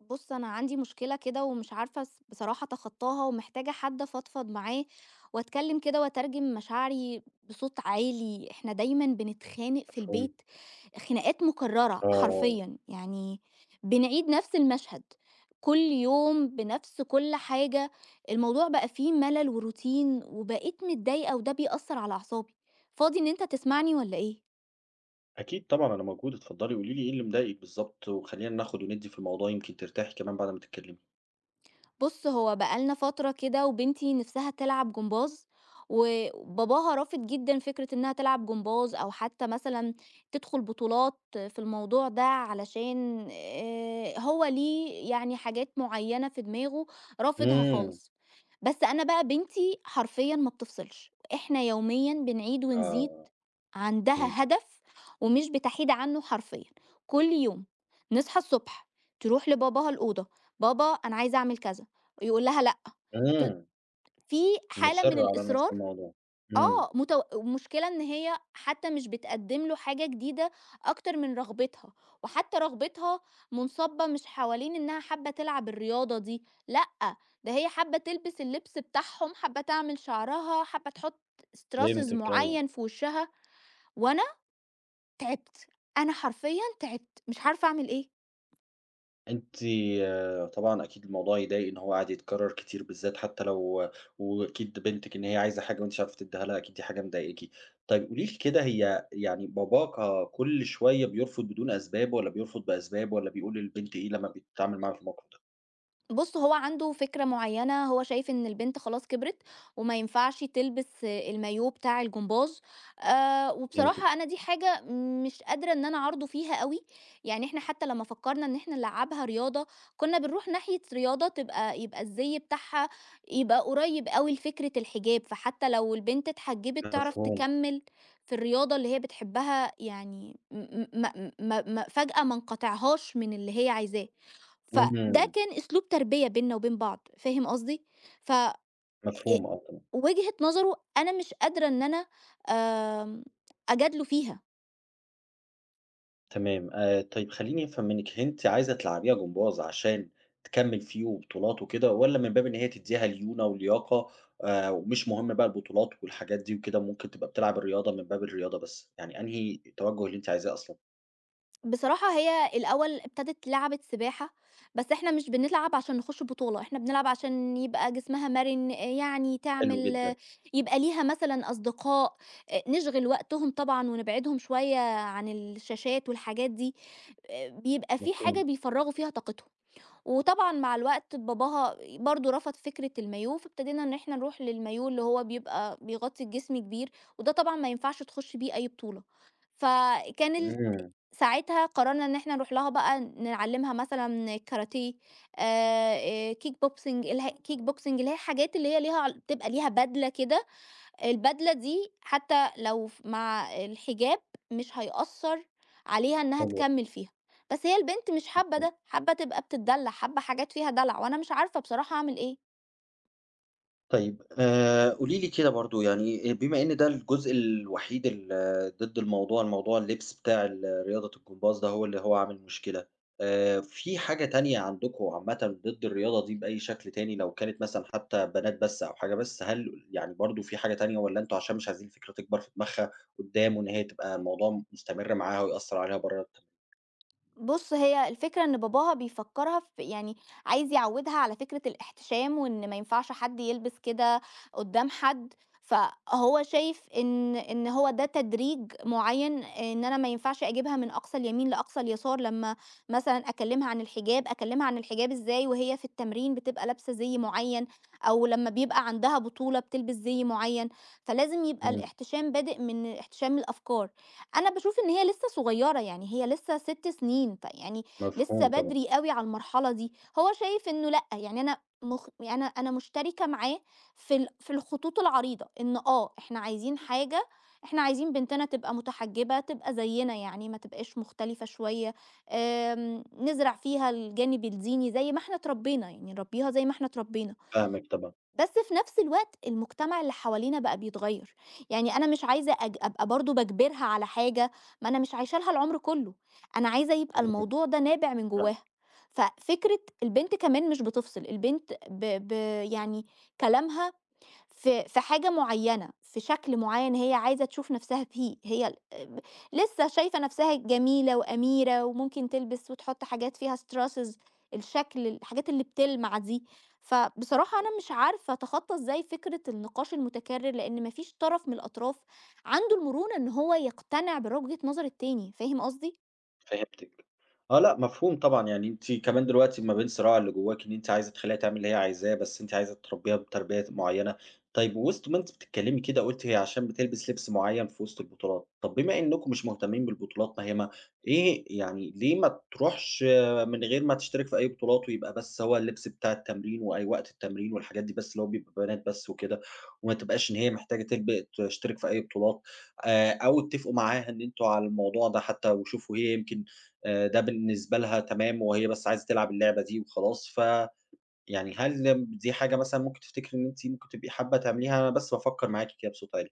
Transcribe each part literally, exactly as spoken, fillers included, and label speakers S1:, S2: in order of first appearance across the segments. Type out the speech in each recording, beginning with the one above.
S1: بُص، أنا عندي مشكلة كده ومش عارفة الص بصراحة أتخطاها، ومحتاجة حد أفضفض معاه وأتكلم كده وأترجم مشاعري بصوت عالي. إحنا دايمًا بنتخانق في
S2: مفهوم.
S1: البيت، خناقات مكررة
S2: آه،
S1: حرفيًا، يعني بنعيد نفس المشهد كل يوم بنفس كل حاجة. الموضوع بقى فيه ملل وروتين وبقيت متضايقة وده بيأثر على أعصابي. فاضي إن أنت تسمعني والّا إيه؟
S2: أكيد طبعًا أنا موجود، اتفضلي قولي لي إيه اللي مضايقِك بالضبط، وخلّينا ناخد وندّي في الموضوع يمكن ترتاحي كمان بعد ما تتكلمي.
S1: بُص، هو بقى لنا فترة كده وبنتي نِفْسها تلعب جمباز، وباباها رافض جدًا فكرة إنها تلعب جمباز أو حتى مثلًا تدخُل بطولات في الموضوع ده، علشان آآ هو ليه، يعني حاجات معيّنة في دماغه رافضها
S2: إمم،
S1: خالص. بس أنا بقى بنتي حرفيًا ما بتفصلش، إحنا يوميًا بنعيد ونزيد،
S2: آه
S1: عندها
S2: فهمتِك،
S1: هدف ومش بتحيد عنّه حرفيًا. كل يوم نصحى الصبح، تروح لباباها الأوضة: "بابا أنا عايزة أعمل كذا"، يقول لها لأ، ت
S2: إمم،
S1: في حالة من
S2: مُصرّة على نفس
S1: الإصرار.
S2: الموضوع، إمم،
S1: آه، متو المشكلة إن هي حتى مش بتقدّم له حاجة جديدة أكتر من رغبتها، وحتى رغبتها منصَبة مش حوالين إنها حابة تلعب الرياضة دي، لأ، ده هي حابة تلبس اللبس بتاعهم، حابة تعمل شعرها، حابة تحُط straws
S2: فهمتِك أيوه.
S1: معيّن في وشّها. وأنا تعبت، أنا حرفيًا تعبت، مش عارفة أعمل إيه.
S2: أنتِ آه، طبعًا أكيد الموضوع يضايق إن هو قاعد يتكرر كتير بالذات حتى لو وأكيد بنتِك إن هي عايزة حاجة وأنتِ مش عارفة تدّيها لها، أكيد دي حاجة مضايقاكِ. طيب قولي لي كده هي يعني باباها كل شوية بيرفض بدون أسباب والّا بيرفض بأسباب والّا بيقول للبنت إيه لمّا بتتعامل معاه في الموقف ده؟
S1: بُص، هو عنده فكرة معيّنة، هو شايف إن البنت خلاص كبرت وما ينفعش تلبس المايوه بتاع الجمباز. آآ
S2: فهمتِك،
S1: وبصراحة أنا دي حاجة مش قادرة إن أنا أعارضه فيها أوي. يعني إحنا حتى لمّا فكّرنا إن إحنا نلعّبها رياضة، كُنّا بنروح ناحية رياضة تبقى يبقى الزي بتاعها يبقى قريّب أوي لفكرة الحجاب، فحتى لو البنت اتحجّبت تعرف
S2: مفهوم،
S1: تكمّل في الرياضة اللي هي بتحبها، يعني م م ما ما ما فجأة ما نقاطعهاش من اللي هي عايزاه. فده
S2: إمم،
S1: كان أسلوب تربية بيننا وبين بعض، فاهم قصدي؟ ف أ
S2: مفهوم آه تمام،
S1: وجهة نظره أنا مش قادرة إن أنا آمم، أجادله فيها.
S2: تمام، آآ طيب خلّيني أفهم منِّك، هي أنتِ عايزة تلعبيها جمباز عشان تكمّل فيه وبطولات وكده، والّا من باب إن هي تدّيها ليونة ولياقة آآ ومش مهم بقى البطولات والحاجات دي وكده، ممكن تبقى بتلعب الرياضة من باب الرياضة بس، يعني أنهي التوجُّه اللي أنتِ عايزاه أصلًا؟
S1: بصراحة هي الأول ابتدت لعبة سباحة، بس إحنا مش بنلعب عشان نخش بطولة، إحنا بنلعب عشان يبقى جسمها مَرِن، يعني
S2: حلو
S1: تعمل،
S2: جدًا،
S1: يبقى ليها مثلًا أصدقاء. آآ، نشغل وقتهم طبعًا ونبعدهم شوية عن الشاشات والحاجات دي. آآ، بيبقى في حاجة
S2: مفهوم،
S1: بيفرّغوا فيها طاقتهم. وطبعًا مع الوقت باباها برضه رفض فكرة المايوه، فابتدينا إن إحنا نروح للمايوه اللي هو بيبقى بيغطي الجسم كبير، وده طبعًا ما ينفعش تخش بيه أي بطولة. فكان ال
S2: إمم،
S1: ساعتها قررنا إن إحنا نروح لها بقى نعلّمها مثلًا كاراتيه. آآ، آآ، kick boxing الها kick boxing، اللي هي الحاجات اللي هي ليها عل بتبقى ليها بدلة كده، البدلة دي حتى لو ف مع الحجاب مش هيأثّر عليها إنها
S2: حلو
S1: تكمّل فيها. بس هي البنت مش حابة ده، حابة تبقى بتتدلّع، حابة حاجات فيها دلع، وأنا مش عارفة بصراحة أعمل إيه.
S2: طيب آآ قولي لي كده برضه يعني آه، بما إن ده الجزء الوحيد ال ضد الموضوع، الموضوع اللبس بتاع ال رياضة الجمباز ده هو اللي هو عامل مشكلة، آآ في حاجة تانية عندكم عامةً ضد الرياضة دي بأي شكل تاني لو كانت مثلًا حتى بنات بس أو حاجة بس، هل يعني برضه في حاجة تانية والّا أنتم عشان مش عايزين الفكرة تكبر في دماغها قدّام وإن هي تبقى الموضوع مستمر معاها ويأثّر عليها برّه التم
S1: بُص، هي الفكرة إن باباها بيفكّرها في، يعني عايز يعوّدها على فكرة الاحتشام وإن ما ينفعش حد يلبس كده قدّام حد. فهو شايف إن إن هو ده تدريج معيّن، إن أنا ما ينفعش أجيبها من أقصى اليمين لأقصى اليسار، لمّا مثلًا أكلّمها عن الحجاب، أكلّمها عن الحجاب إزاي وهي في التمرين بتبقى لابسة زي معيّن، أو لمّا بيبقى عندها بطولة بتلبس زي معيّن، فلازم يبقى
S2: إمم،
S1: الاحتشام بادئ من احتشام الأفكار. أنا باشوف إن هي لسه صغيّرة، يعني هي لسه 6 سنين، فيعني لسه
S2: مفهوم طبعًا.
S1: بدري أوي على المرحلة دي. هو شايف إنه لأ، يعني أنا مخ يعني أنا أنا مشتركة معاه في ال في الخطوط العريضة، إن آه، إحنا عايزين حاجة إحنا عايزين بنتنا تبقى متحجبة، تبقى زينا، يعني ما تبقاش مختلفة شوية. آمم، نزرع فيها الجانب الديني زي ما إحنا اتربينا، يعني نربيها زي ما إحنا اتربينا.
S2: فاهمِك طبعًا،
S1: بس في نفس الوقت المجتمع اللي حوالينا بقى بيتغيّر، يعني أنا مش عايزة أج أبقى برضه باجبرها على حاجة، ما أنا مش عايشة لها العمر كلّه، أنا عايزة يبقى
S2: إمم،
S1: الموضوع ده نابع من
S2: فاهم
S1: جواها. ففكرة البنت كمان مش بتفصل، البنت ب ب يعني كلامها في في حاجة معيّنة، في شكل معيّن هي عايزة تشوف نَفْسها فيه، هي ال آه، ب لسه شايفة نَفْسها جميلة وأميرة وممكن تلبس وتحُط حاجات فيها straws الشكل، الحاجات اللي بتلمع دي. فبصراحة أنا مش عارفة أتخطّى إزاي فكرة النقاش المتكرر، لإن ما فيش طرف من الأطراف عنده المرونة إن هو يقتنع بالر وجهة نظر التاني، فاهم قصدي؟
S2: فهمتِك. آه لأ، مفهوم طبعًا، يعني أنتِ كمان دلوقتي ما بين الصراع اللي جواكِ إن أنتِ عايزة تخلّيها تعمل اللي هي عايزاه، بس أنتِ عايزة تربّيها بتربية معيّنة. طيب وسط ما أنتِ بتتكلّمي كده قُلتِ هي عشان بتلبس لبس معيّن في وسط البطولات، طب بما إنّكم مش مهتمين بالبطولات ما هي ما إيه يعني ليه ما تروحش آه، من غير ما تشترك في أي بطولات ويبقى بس هو اللبس بتاع التمرين وأي وقت التمرين والحاجات دي بس اللي هو بيبقى بنات بس وكده، وما تبقاش إن هي محتاجة تلب تشترك في أي بطولات، آآ أو اتّفقوا معاها إن أنتم على الموضوع ده حتّى وشوفوا هي يمكن آآ ده بالنسبة لها تمام، وهي بس عايزة تلعب اللعبة دي وخلاص، فيعني هل دي حاجة مثلًا ممكن تفتكري إن أنتِ ممكن تبقي حابة تعمليها؟ أنا بس بافكّر معاكِ كده بصوت عالي.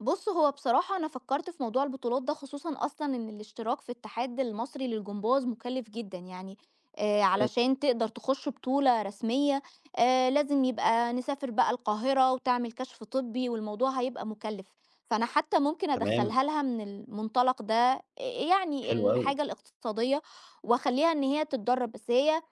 S1: بص، هو بصراحة أنا فكرت في موضوع البطولات ده، خصوصا أصلا إن الاشتراك في الاتحاد المصري للجمباز مكلف جدا، يعني آه،
S2: إمم،
S1: علشان تقدر تخش بطولة رسمية، آه، لازم يبقى نسافر بقى القاهرة وتعمل كشف طبي والموضوع هيبقى مكلف. فأنا حتى ممكن
S2: تمام،
S1: أدخلها لها من المنطلق ده، آه، يعني
S2: حلو أوي.
S1: الحاجة الاقتصادية. وأخليها إن هي تتدرب، بس هي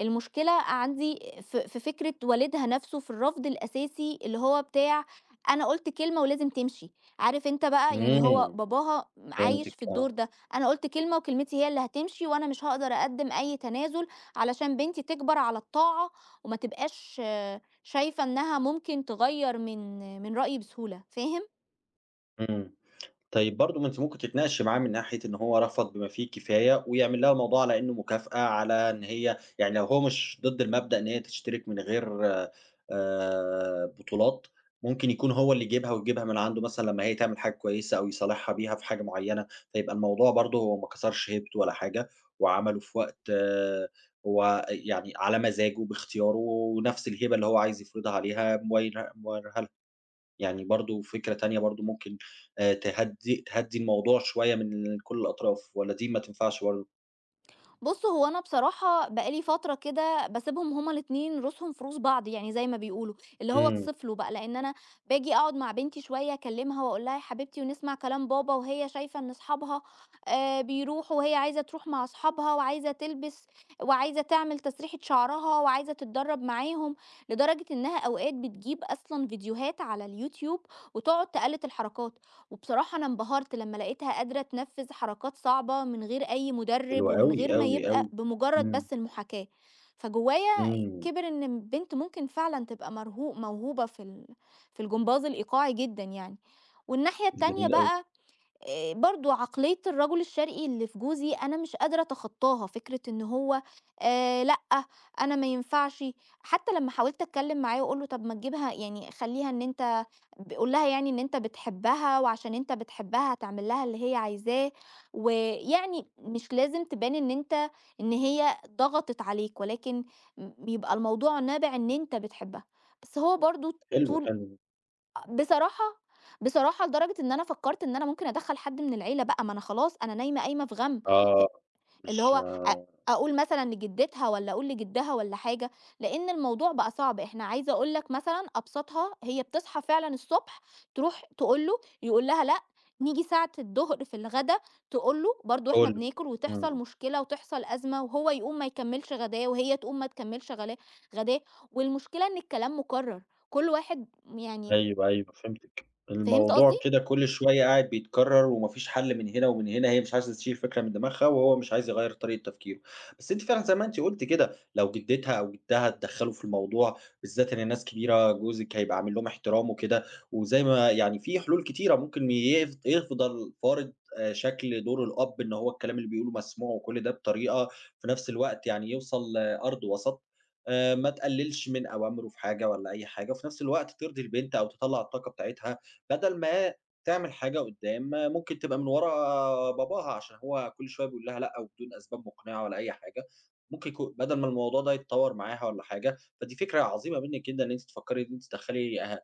S1: المشكلة عندي في في فكرة والدها نفسه، في الرفض الأساسي اللي هو بتاع "أنا قلت كلمة ولازم تمشي". عارف أنت بقى، يعني هو
S2: إمم،
S1: باباها عايش
S2: فهمتِك
S1: في الدور
S2: آه،
S1: ده، أنا قُلت كلمة وكلمتي هي اللي هتمشي، وأنا مش هاقدر أقدّم أي تنازل علشان بنتي تكبر على الطاعة وما تبقاش، آه، شايفة إنها ممكن تغيّر من من رأيي بسهولة، فاهم؟
S2: إمم. طيب برضه ما أنتِ ممكن تتناقشي معاه من ناحية إن هو رفض بما فيه الكفاية، ويعمل لها الموضوع على إنه مكافأة، على إن هي يعني لو هو مش ضد المبدأ إن هي تشترك من غير آآ بطولات، ممكن يكون هو اللي يجيبها ويجيبها من عنده مثلًا لمّا هي تعمل حاجة كويسة أو يصالحها بيها في حاجة معيّنة، فيبقى الموضوع برضه هو ما كسرش هيبته ولا حاجة، وعمله في وقت آه، هو يعني على مزاجه باختياره، ونفس الهبة اللي هو عايز يفرضها عليها مويرها مويرها يعني برضه فكرة تانية برضه ممكن آآ تهدّي تهدّي الموضوع شوية من كل الأطراف، والّا دي ما تنفعش برضه؟
S1: بُص، هو أنا بصراحة بقى لي فترة كده باسيبهم هُم الاتنين روسهم في روس بعض، يعني زي ما بيقولوا اللي هو
S2: إمم،
S1: اتْصِفْلوا بقى، لإن أنا باجي أقعد مع بنتي شوية أكلمها وأقول لها يا حبيبتي ونسمع كلام بابا، وهي شايفة إن أصحابها آآ بيروحوا وهي عايزة تروح مع أصحابها وعايزة تلبس وعايزة تعمل تسريحة شعرها وعايزة تتدرب معاهم، لدرجة إنها أوقات بتجيب أصلًا فيديوهات على اليوتيوب وتقعد تقلد الحركات. وبصراحة أنا انبهرت لما لقيتها قادرة تنفذ حركات صعبة من غير أي مدرب،
S2: حلو
S1: ومن
S2: أوي،
S1: غير ما
S2: أوي،
S1: يبقى
S2: أوي.
S1: بمجرد
S2: إمم،
S1: بس المحاكاة، فجوايا
S2: إمم،
S1: كبر إن البنت ممكن فعلا تبقى مرهوق موهوبة في ال... في الجمباز الإيقاعي جدا، يعني. والناحية التانية
S2: جميل أوي،
S1: بقى إيه، برضو عقلية الرجل الشرقي اللي في جوزي أنا مش قادرة أتخطاها، فكرة إن هو، آه، لأ، أنا ما ينفعش. حتى لما حاولت أتكلم معاه وأقوله طب ما تجيبها، يعني خليها، إن أنت بيقول لها يعني إن أنت بتحبها، وعشان أنت بتحبها هتعمل لها اللي هي عايزاه، ويعني مش لازم تبان إن أنت إن هي ضغطت عليك، ولكن م بيبقى الموضوع نابع إن أنت بتحبها. بس هو برضه
S2: حلو،
S1: طول.
S2: حلو.
S1: بصراحة بصراحة لدرجة إن أنا فكّرت إن أنا ممكن أدخّل حد من العيلة بقى، ما أنا خلاص أنا نايمة قايمة في غَم. ه
S2: آه،
S1: اللي
S2: مش
S1: هو أ
S2: آه،
S1: أقول مثلًا لجدتها والّا أقول لجدها والّا حاجة، لإن الموضوع بقى صعب. إحنا عايزة أقول لك مثلًا أبسطها، هي بتصحى فعلًا الصبح تروح تقول له، يقول لها لأ، نيجي ساعة الضهر في الغدا تقول له برضه إحنا
S2: كُلّه،
S1: بناكل وتحصل
S2: إمم.
S1: مشكلة وتحصل أزمة وهو يقوم ما يكمّلش غداه وهي تقوم ما تكمّلش غلا غداه. والمشكلة إن الكلام مُكرّر، كل واحد يعني،
S2: أيوه، أيوه فهمتِك.
S1: فهمت قصدي؟
S2: الموضوع كده كل شوية قاعد بيتكرر وما فيش حل من هنا ومن هنا، هي مش عايزة تشيل فكرة من دماغها وهو مش عايز يغيّر طريقة تفكيره. بس أنتِ فعلًا زي ما أنتِ قُلتِ كده، لو جدتها أو جدها اتدخّلوا في الموضوع، بالذات إن الناس كبيرة جوزِك هيبقى عامل لهم احترام وكده، وزي ما يعني في حلول كتيرة ممكن يف يفضل فارض آآ شكل دور الأب إن هو الكلام اللي بيقوله مسموع وكل ده بطريقة في نفس الوقت يعني يوصل لأرض وسط. آآ ما تقلّلش من أوامره في حاجة والّا أي حاجة، وفي نفس الوقت ترضي البنت أو تطلّع الطاقة بتاعتها، بدل ما تعمل حاجة قدّام آه، ممكن تبقى من ورا باباها، عشان هو كل شوية بيقول لها لأ وبدون أسباب مقنعة ولا أي حاجة، ممكن يكو بدل ما الموضوع ده يتطوّر معاها والّا حاجة، فدي فكرة عظيمة منِّك جدًا إن أنتِ تفكّري إن أنتِ تدخّلي أه آآ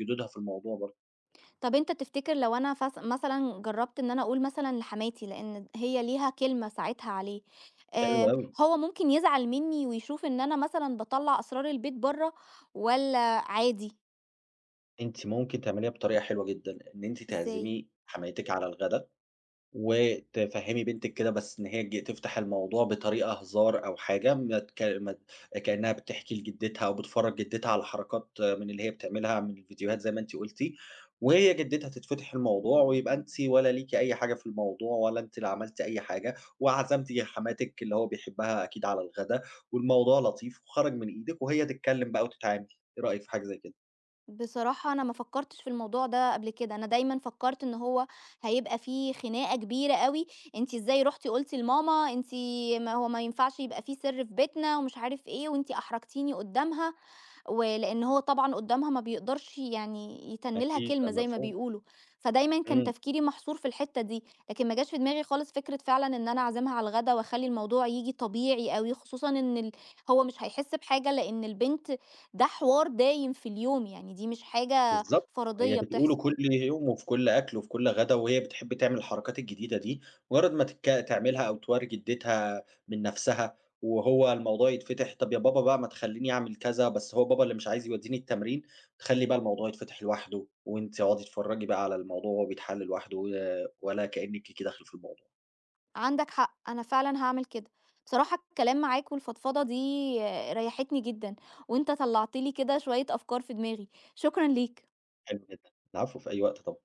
S2: جدودها في الموضوع برضه.
S1: طب أنت تفتكر لو أنا فس مثلًا جرّبت إن أنا أقول مثلًا لحماتي، لإن هي ليها كلمة ساعتها عليه،
S2: حلو
S1: آآ
S2: أوي،
S1: هو ممكن يزعل منّي ويشوف إن أنا مثلًا باطلّع أسرار البيت برّه، والّا عادي؟
S2: أنتِ ممكن تعمليها بطريقة حلوة جدًا، إن أنتِ
S1: إزاي؟
S2: تعزمي حماتِك على الغدا وتفهّمي بنتِك كده بس إن هي ج تفتح الموضوع بطريقة هزار أو حاجة، ما تك ما ت- كإنها بتحكي لجدتها أو بتفرّج جدتها على حركات من اللي هي بتعملها من الفيديوهات زي ما أنتِ قُلتِ، وهي جدتها تتفتح الموضوع ويبقى أنتِ ولا ليكِ أي حاجة في الموضوع ولا أنتِ اللي عملتِ أي حاجة، وعزمتِ حماتِك اللي هو بيحبها أكيد على الغدا، والموضوع لطيف وخرج من إيدِك وهي تتكلّم بقى وتتعامل، إيه رأيِك في حاجة زي كده؟
S1: بصراحة أنا ما فكّرتش في الموضوع ده قبل كده، أنا دايمًا فكّرت إن هو هيبقى في خناقة كبيرة أوي: "أنتِ إزاي رُحتِ قُلتِ لماما، أنتِ ما هو ما ينفعش يبقى في سِر في بيتنا ومش عارف إيه وأنتِ أحرجتيني قدّامها." ولإن هو طبعًا قدّامها ما بيقدرش يعني يتَنّ لها
S2: أكيد، آه
S1: كلمة زي ما
S2: مفهوم.
S1: بيقولوا، فدايمًا كان
S2: إمم.
S1: تفكيري محصور في الحتّة دي. لكن ما جاش في دماغي خالص فكرة فعلًا إن أنا أعزمها على الغدا وأخلّي الموضوع ييجي طبيعي أوي، خصوصًا إن ال هو مش هيحس بحاجة، لإن البنت ده حوار دايم في اليوم، يعني دي مش حاجة
S2: بالضبط، هي
S1: فَرَضيّة
S2: بتقوله
S1: بتحصل.
S2: كل يوم وفي كل أكل وفي كل غدا، وهي بتحب تعمل الحركات الجديدة دي، مجرد ما تك تعملها أو تورّي جدتها من نفسها، وهو الموضوع يتفتح، "طب يا بابا بقى ما تخلّيني أعمل كذا." بس هو بابا اللي مش عايز يودّيني التمرين، تخلّي بقى الموضوع يتفتح لوحده، وأنتِ اقعدي اتفرّجي بقى على الموضوع وهو بيتحل لوحده و ولا كإنِّك داخلة في الموضوع،
S1: عندك حق، أنا فعلًا هاعمل كده. بصراحة الكلام معاك والفضفضة دي، آه، ريّحتني جدًا، وأنت طلّعت لي كده شوية أفكار في دماغي، شكرًا ليك.
S2: حلو جدًا. العفو، في أي وقت طبعًا.